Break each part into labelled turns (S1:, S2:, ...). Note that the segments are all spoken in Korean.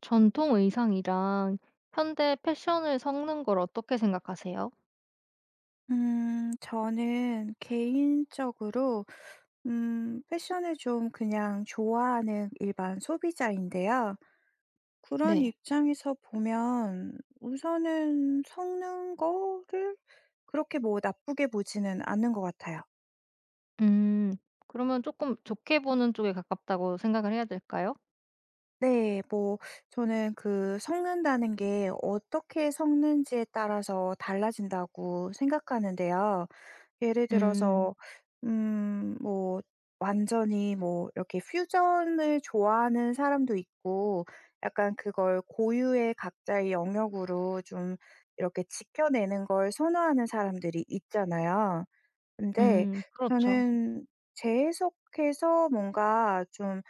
S1: 전통 의상이랑 현대 패션을 섞는 걸 어떻게 생각하세요?
S2: 저는 개인적으로 패션을 좀 그냥 좋아하는 일반 소비자인데요. 그런
S1: 네.
S2: 입장에서 보면 우선은 섞는 거를 그렇게 뭐 나쁘게 보지는 않는 것 같아요.
S1: 음. 그러면 조금 좋게 보는 쪽에 가깝다고 생각을 해야 될까요?
S2: 네. 뭐 저는 그 섞는다는 게 어떻게 섞는지에 따라서 달라진다고 생각하는데요. 예를
S1: 음.
S2: 들어서 음 뭐 완전히 뭐 이렇게 퓨전을 좋아하는 사람도 있고, 약간 그걸 고유의 각자의 영역으로 좀 이렇게 지켜내는 걸 선호하는 사람들이 있잖아요. 근데
S1: 음. 그렇죠.
S2: 저는 재해석해서 뭔가 좀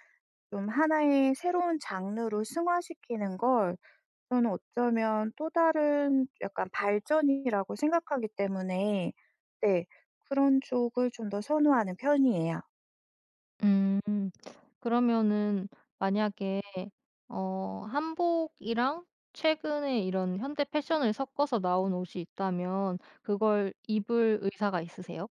S2: 좀 하나의 새로운 장르로 승화시키는 걸, 저는 어쩌면 또 다른 약간 발전이라고 생각하기 때문에 네 그런 쪽을 좀 더 선호하는 편이에요.
S1: 음. 그러면은 만약에 한복이랑 최근에 이런 현대 패션을 섞어서 나온 옷이 있다면 그걸 입을 의사가 있으세요?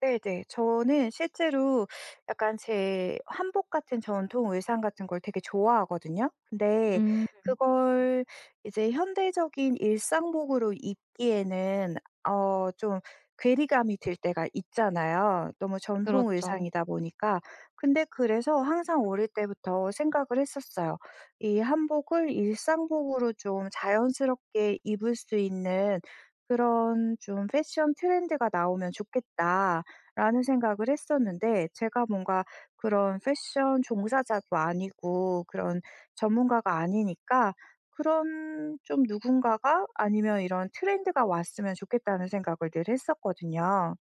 S2: 네네. 저는 실제로 약간 제 한복 같은 전통 의상 같은 걸 되게 좋아하거든요. 근데
S1: 음.
S2: 그걸 이제 현대적인 일상복으로 입기에는 좀 괴리감이 들 때가 있잖아요, 너무 전통
S1: 그렇죠.
S2: 의상이다 보니까. 근데 그래서 항상 어릴 때부터 생각을 했었어요. 이 한복을 일상복으로 좀 자연스럽게 입을 수 있는 그런 좀 '패션 트렌드가 나오면 좋겠다.' 라는 생각을 했었는데, 제가 뭔가 그런 패션 종사자도 아니고 그런 전문가가 아니니까 그런 좀 누군가가 아니면 이런 트렌드가 왔으면 좋겠다는 생각을 늘 했었거든요.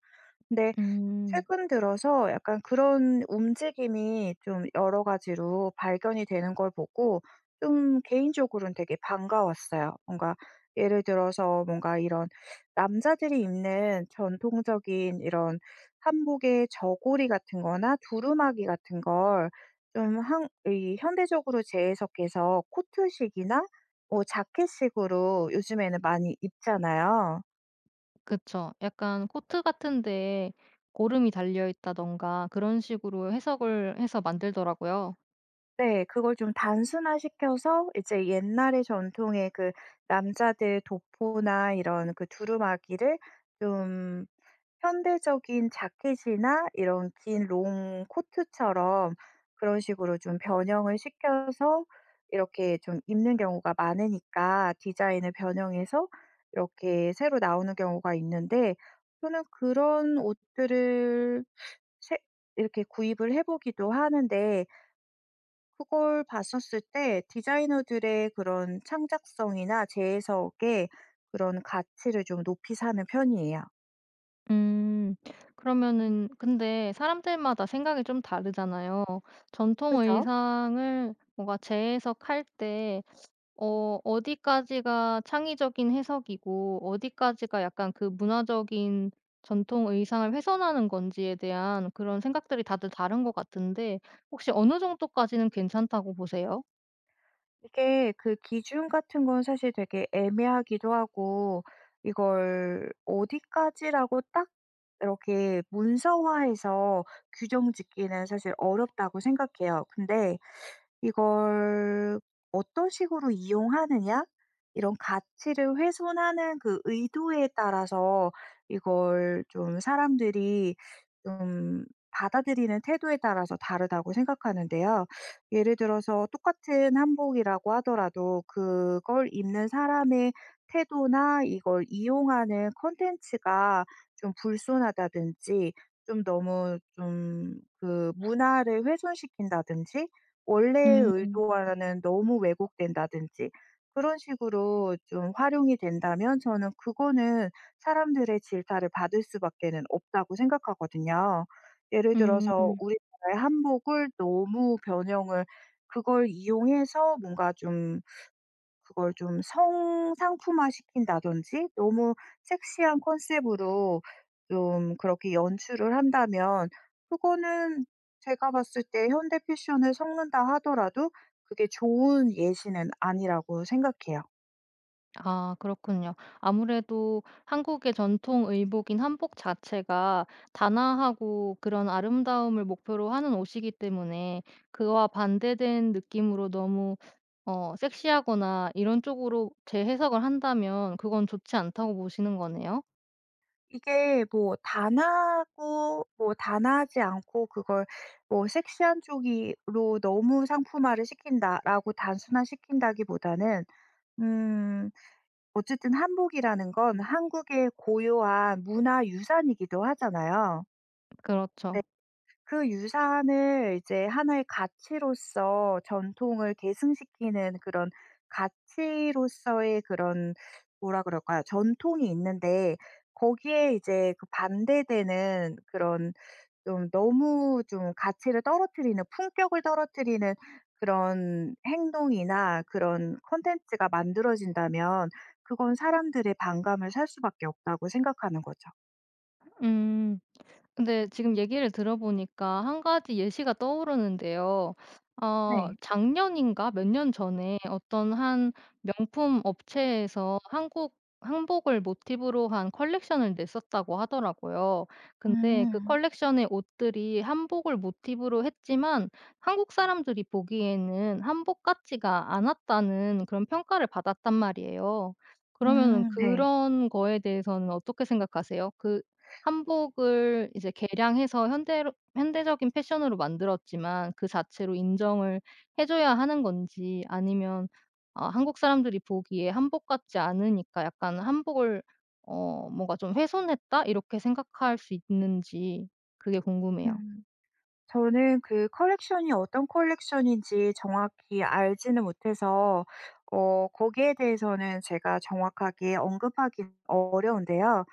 S2: 근데
S1: 음.
S2: 최근 들어서 약간 그런 움직임이 좀 여러 가지로 발견이 되는 걸 보고 좀 개인적으로는 되게 반가웠어요. 뭔가 예를 들어서 뭔가 이런 남자들이 입는 전통적인 이런 한복의 저고리 같은 거나 두루마기 같은 걸 좀 한 이 현대적으로 재해석해서 코트식이나 뭐 자켓식으로 요즘에는 많이 입잖아요.
S1: 그쵸. 약간 코트 같은 데에 고름이 달려 있다던가 그런 식으로 해석을 해서 만들더라고요.
S2: 네. 그걸 좀 단순화시켜서 이제 옛날의 전통의 그 남자들 도포나 이런 그 두루마기를 좀 현대적인 자켓이나 이런 긴 롱 코트처럼 그런 식으로 좀 변형을 시켜서 이렇게 좀 입는 경우가 많으니까, 디자인을 변형해서 이렇게 새로 나오는 경우가 있는데, 저는 그런 옷들을 새 이렇게 구입을 해 보기도 하는데, 그걸 봤었을 때 디자이너들의 그런 창작성이나 재해석의 그런 가치를 좀 높이 사는 편이에요.
S1: 음. 그러면은 근데 사람들마다 생각이 좀 다르잖아요. 전통
S2: 그죠?
S1: 의상을 뭔가 재해석할 때 어디까지가 창의적인 해석이고 어디까지가 약간 그 문화적인 전통 의상을 훼손하는 건지에 대한 그런 생각들이 다들 다른 것 같은데 혹시 어느 정도까지는 괜찮다고 보세요?
S2: 이게 그 기준 같은 건 사실 되게 애매하기도 하고, 이걸 어디까지라고 딱 이렇게 문서화해서 규정 짓기는 사실 어렵다고 생각해요. 근데 이걸 어떤 식으로 이용하느냐, 이런 가치를 훼손하는 그 의도에 따라서, 이걸 좀 사람들이 좀 받아들이는 태도에 따라서 다르다고 생각하는데요. 예를 들어서 똑같은 한복이라고 하더라도 그걸 입는 사람의 태도나 이걸 이용하는 콘텐츠가 좀 불손하다든지, 좀 너무 좀 그 문화를 훼손시킨다든지, 원래의
S1: 음.
S2: 의도와는 너무 왜곡된다든지 그런 식으로 좀 활용이 된다면, 저는 그거는 사람들의 질타를 받을 수밖에는 없다고 생각하거든요. 예를
S1: 음.
S2: 들어서 우리나라의 한복을 너무 변형을, 그걸 이용해서 뭔가 좀 그걸 좀 성상품화 시킨다든지, 너무 섹시한 컨셉으로 좀 그렇게 연출을 한다면, 그거는 제가 봤을 때 현대 패션을 섞는다 하더라도 그게 좋은 예시는 아니라고 생각해요.
S1: 아 그렇군요. 아무래도 한국의 전통 의복인 한복 자체가 단아하고 그런 아름다움을 목표로 하는 옷이기 때문에 그와 반대된 느낌으로 너무 섹시하거나 이런 쪽으로 재해석을 한다면 그건 좋지 않다고 보시는 거네요.
S2: 이게 뭐 단하고 뭐 단하지 않고 그걸 뭐 섹시한 쪽으로 너무 상품화를 시킨다라고 단순화시킨다기보다는 음. 어쨌든 한복이라는 건 한국의 고유한 문화 유산이기도 하잖아요. 네.
S1: 그렇죠.
S2: 그 유산을 이제 하나의 가치로서 전통을 계승시키는 그런 가치로서의 그런, 뭐라 그럴까요? 전통이 있는데 거기에 이제 그 반대되는 그런, 좀 너무 좀 가치를 떨어뜨리는, 품격을 떨어뜨리는 그런 행동이나 그런 콘텐츠가 만들어진다면 그건 사람들의 반감을 살 수밖에 없다고 생각하는 거죠.
S1: 음. 근데 지금 얘기를 들어보니까 한 가지 예시가 떠오르는데요.
S2: 네.
S1: 작년인가 몇 년 전에 어떤 한 명품 업체에서 한국 한복을 모티브로 한 컬렉션을 냈었다고 하더라고요. 근데 그
S2: 음.
S1: 컬렉션의 옷들이 한복을 모티브로 했지만 한국 사람들이 보기에는 한복 같지가 않았다는 그런 평가를 받았단 말이에요. 그러면은
S2: 네.
S1: 그런 거에 대해서는 어떻게 생각하세요? 그 한복을 이제 개량해서 현대로 현대적인 패션으로 만들었지만 그 자체로 인정을 해 줘야 하는 건지 아니면 아 한국 사람들이 보기에 한복 같지 않으니까 약간 '한복을 뭔가 좀 훼손했다.' 이렇게 생각할 수 있는지 그게 궁금해요.
S2: 음. 저는 그 컬렉션이 어떤 컬렉션인지 정확히 알지는 못해서 거기에 대해서는 제가 정확하게 언급하기 어려운데요.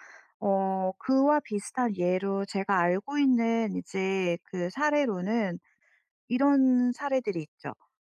S2: 그와 비슷한 예로 제가 알고 있는 이제 그 사례로는 이런 사례들이 있죠.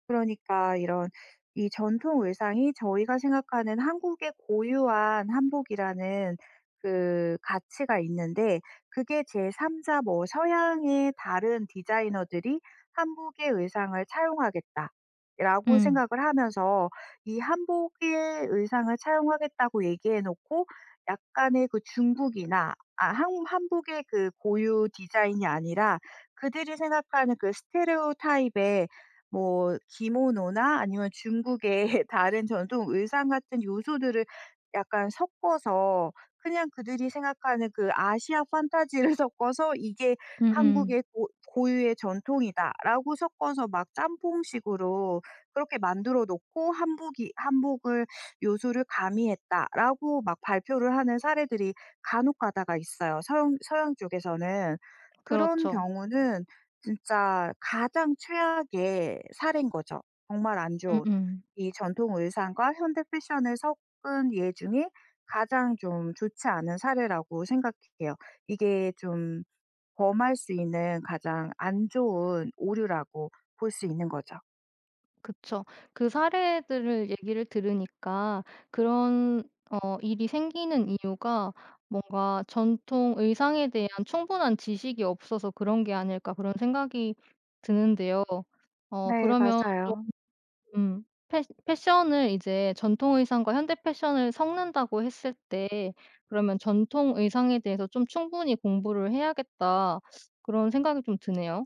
S2: 그러니까 이런 이 전통 의상이 저희가 생각하는 한국의 고유한 한복이라는 그 가치가 있는데, 그게 제3 자, 뭐 서양의 다른 디자이너들이 한복의 의상을 차용하겠다라고
S1: 음.
S2: 생각을 하면서, 이 한복의 의상을 차용하겠다고 얘기해 놓고 약간의 그 중국이나 아 한 한복의 그 고유 디자인이 아니라 그들이 생각하는 그 스테레오타입의, 뭐 기모노나 아니면 중국의 다른 전통 의상 같은 요소들을 약간 섞어서, 그냥 그들이 생각하는 그 아시아 판타지를 섞어서 '이게
S1: 음음.
S2: 한국의 고 고유의 전통이다.'라고 섞어서 막 짬뽕식으로 그렇게 만들어 놓고, '한복이 한복을 요소를 가미했다.'라고 막 발표를 하는 사례들이 간혹 가다가 있어요, 서양 쪽에서는. 그런
S1: 그렇죠.
S2: 경우는 진짜 가장 최악의 사례인 거죠. 정말 안 좋은.
S1: 음음.
S2: 이 전통 의상과 현대 패션을 섞은 예 중에 가장 좀 좋지 않은 사례라고 생각해요. 이게 좀 범할 수 있는 가장 안 좋은 오류라고 볼 수 있는 거죠.
S1: 그쵸. 그 사례들을 얘기를 들으니까 그런 일이 생기는 이유가 뭔가 '전통 의상에 대한 충분한 지식이 없어서 그런 게 아닐까.' 그런 생각이 드는데요.
S2: 네,
S1: 그러면
S2: 맞아요.
S1: 음 패 패션을 이제 전통 의상과 현대 패션을 섞는다고 했을 때 그러면 '전통 의상에 대해서 좀 충분히 공부를 해야겠다.' 그런 생각이 좀 드네요.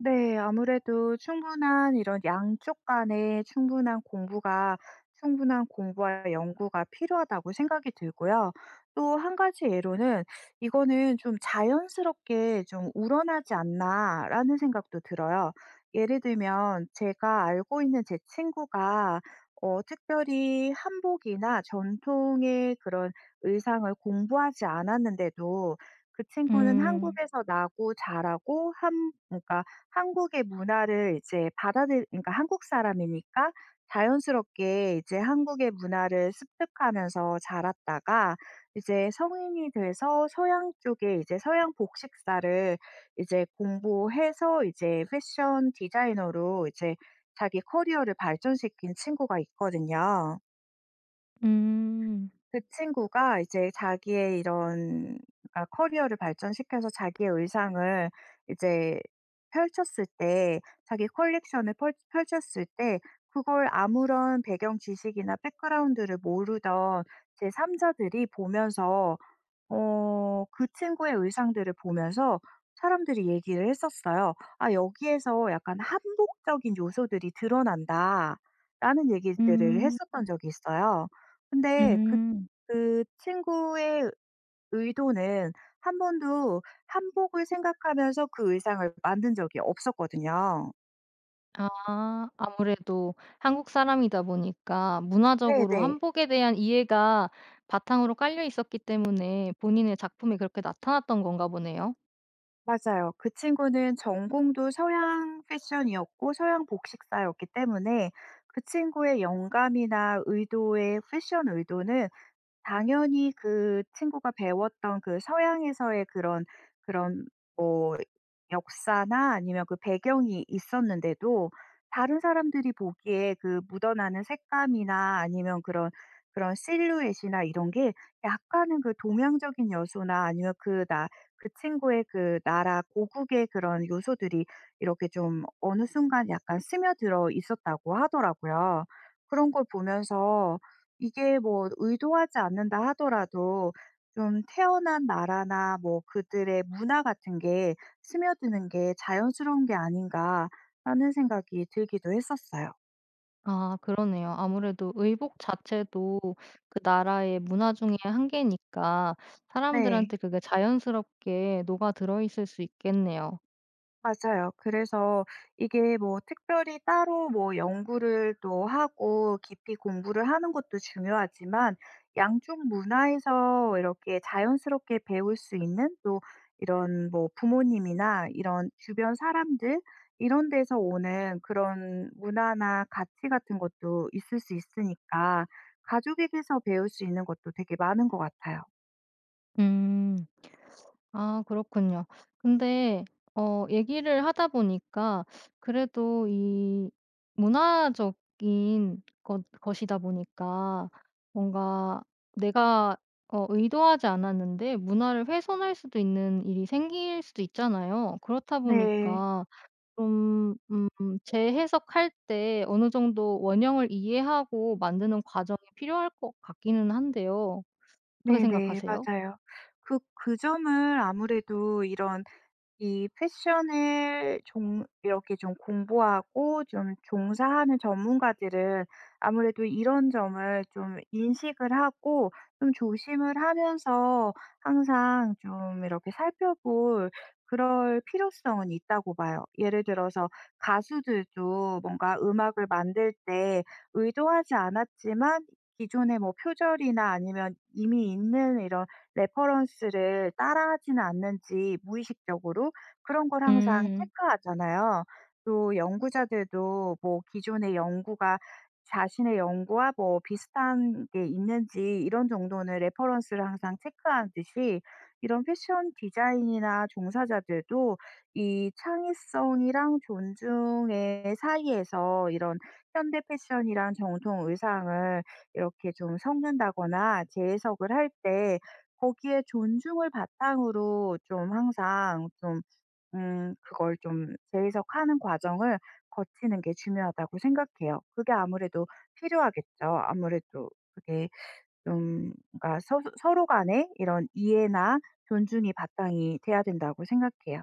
S2: 네. 아무래도 충분한 이런 양쪽 간의 충분한 공부와 연구가 필요하다고 생각이 들고요. 또 한 가지 예로는 '이거는 좀 자연스럽게 좀 우러나지 않나.'라는 생각도 들어요. 예를 들면 제가 알고 있는 제 친구가 특별히 한복이나 전통의 그런 의상을 공부하지 않았는데도, 그 친구는
S1: 음.
S2: 한국에서 나고 자라고 한, 그러니까 한국의 문화를 이제 받아들 그러니까 한국 사람이니까 자연스럽게 이제 한국의 문화를 습득하면서 자랐다가, 이제 성인이 돼서 서양 쪽에 이제 서양 복식사를 이제 공부해서 이제 패션 디자이너로 이제 자기 커리어를 발전시킨 친구가 있거든요.
S1: 음.
S2: 그 친구가 이제 자기의 이런, 커리어를 발전시켜서 자기의 의상을 이제 펼쳤을 때, 자기 컬렉션을 펼 펼쳤을 때, 그걸 아무런 배경 지식이나 백그라운드를 모르던 제 3 자들이 보면서, 그 친구의 의상들을 보면서 사람들이 얘기를 했었어요. "아 여기에서 약간 한복적인 요소들이 드러난다."라는 얘기들을
S1: 음.
S2: 했었던 적이 있어요. 근데 그
S1: 음.
S2: 그 친구의 의도는 한 번도 한복을 생각하면서 그 의상을 만든 적이 없었거든요.
S1: 아 아무래도 한국 사람이다 보니까 문화적으로
S2: 네네.
S1: 한복에 대한 이해가 바탕으로 깔려 있었기 때문에 본인의 작품이 그렇게 나타났던 건가 보네요.
S2: 맞아요. 그 친구는 전공도 서양 패션이었고 서양 복식사였기 때문에 그 친구의 영감이나 의도의 패션 의도는 당연히 그 친구가 배웠던 그 서양에서의 그런 뭐 역사나 아니면 그 배경이 있었는데도, 다른 사람들이 보기에 그 묻어나는 색감이나 아니면 그런 실루엣이나 이런 게 약간은 그 동양적인 요소나 아니면 그 나 그 친구의 그 나라 고국의 그런 요소들이 이렇게 좀 어느 순간 약간 스며들어 있었다고 하더라고요. 그런 걸 보면서 이게 뭐 의도하지 않는다 하더라도 좀 태어난 나라나 뭐 그들의 문화 같은 게 스며드는 게 자연스러운 게 아닌가 하는 생각이 들기도 했었어요.
S1: 아 그러네요. 아무래도 의복 자체도 그 나라의 문화 중에 한 개니까
S2: 네.
S1: 사람들한테 그게 자연스럽게 녹아들어 있을 수 있겠네요.
S2: 맞아요. 그래서 이게 뭐 특별히 따로 뭐 연구를 또 하고 깊이 공부를 하는 것도 중요하지만, 양쪽 문화에서 이렇게 자연스럽게 배울 수 있는, 또 이런 뭐 부모님이나 이런 주변 사람들 이런 데서 오는 그런 문화나 가치 같은 것도 있을 수 있으니까, 가족에게서 배울 수 있는 것도 되게 많은 것 같아요.
S1: 음. 아 그렇군요. 근데 얘기를 하다 보니까 그래도 이 문화적인 것 것이다 보니까 뭔가 내가 의도하지 않았는데 문화를 훼손할 수도 있는 일이 생길 수도 있잖아요. 그렇다
S2: 네.
S1: 보니까 좀 음 재해석할 때 어느 정도 원형을 이해하고 만드는 과정이 필요할 것 같기는 한데요. 어떻게
S2: 네네.
S1: 생각하세요?
S2: 맞아요. 그 점을 아무래도 이런 이 패션을 종 이렇게 좀 공부하고 좀 종사하는 전문가들은 아무래도 이런 점을 좀 인식을 하고 좀 조심을 하면서 항상 좀 이렇게 살펴볼, 그럴 필요성은 있다고 봐요. 예를 들어서 가수들도 뭔가 음악을 만들 때 의도하지 않았지만 기존의 뭐 표절이나 아니면 이미 있는 이런 레퍼런스를 따라하지는 않는지 무의식적으로 그런 걸 항상
S1: 음.
S2: 체크하잖아요. 또 연구자들도 뭐 기존의 연구가 자신의 연구와 뭐 비슷한 게 있는지 이런 정도는 레퍼런스를 항상 체크하듯이, 이런 패션 디자인이나 종사자들도 이 창의성이랑 존중의 사이에서 이런 현대 패션이랑 정통 의상을 이렇게 좀 섞는다거나 재해석을 할때 거기에 존중을 바탕으로 좀 항상 좀 그걸 좀 재해석하는 과정을 거치는 게 중요하다고 생각해요. 그게 아무래도 필요하겠죠. 아무래도 그게 좀, 그러니까 서 서로 간에 이런 이해나 존중이 바탕이 돼야 된다고 생각해요.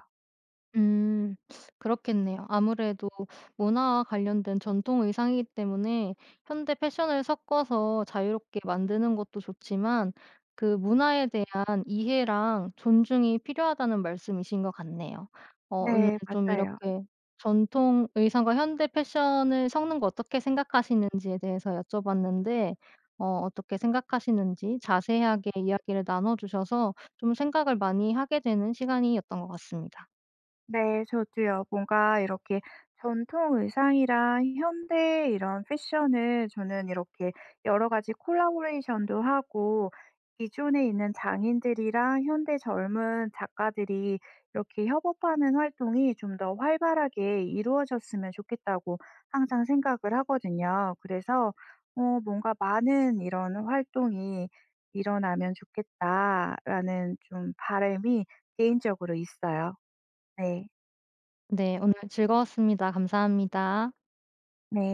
S1: 음. 그렇겠네요. 아무래도 문화와 관련된 전통 의상이기 때문에 현대 패션을 섞어서 자유롭게 만드는 것도 좋지만 그 문화에 대한 이해랑 존중이 필요하다는 말씀이신 것 같네요. 오늘
S2: 네
S1: 좀
S2: 맞아요.
S1: 이렇게 전통 의상과 현대 패션을 섞는 거 어떻게 생각하시는지에 대해서 여쭤봤는데 어떻게 생각하시는지 자세하게 이야기를 나눠 주셔서 좀 생각을 많이 하게 되는 시간이었던 것 같습니다.
S2: 네, 저도요. 뭔가 이렇게 전통 의상이랑 현대 이런 패션을 저는 이렇게 여러 가지 콜라보레이션도 하고 기존에 있는 장인들이랑 현대 젊은 작가들이 이렇게 협업하는 활동이 좀 더 활발하게 이루어졌으면 좋겠다고 항상 생각을 하거든요. 그래서 뭔가 많은 이런 활동이 일어나면 좋겠다라는 좀 바람이 개인적으로 있어요. 네.
S1: 네. 오늘 즐거웠습니다. 감사합니다.
S2: 네.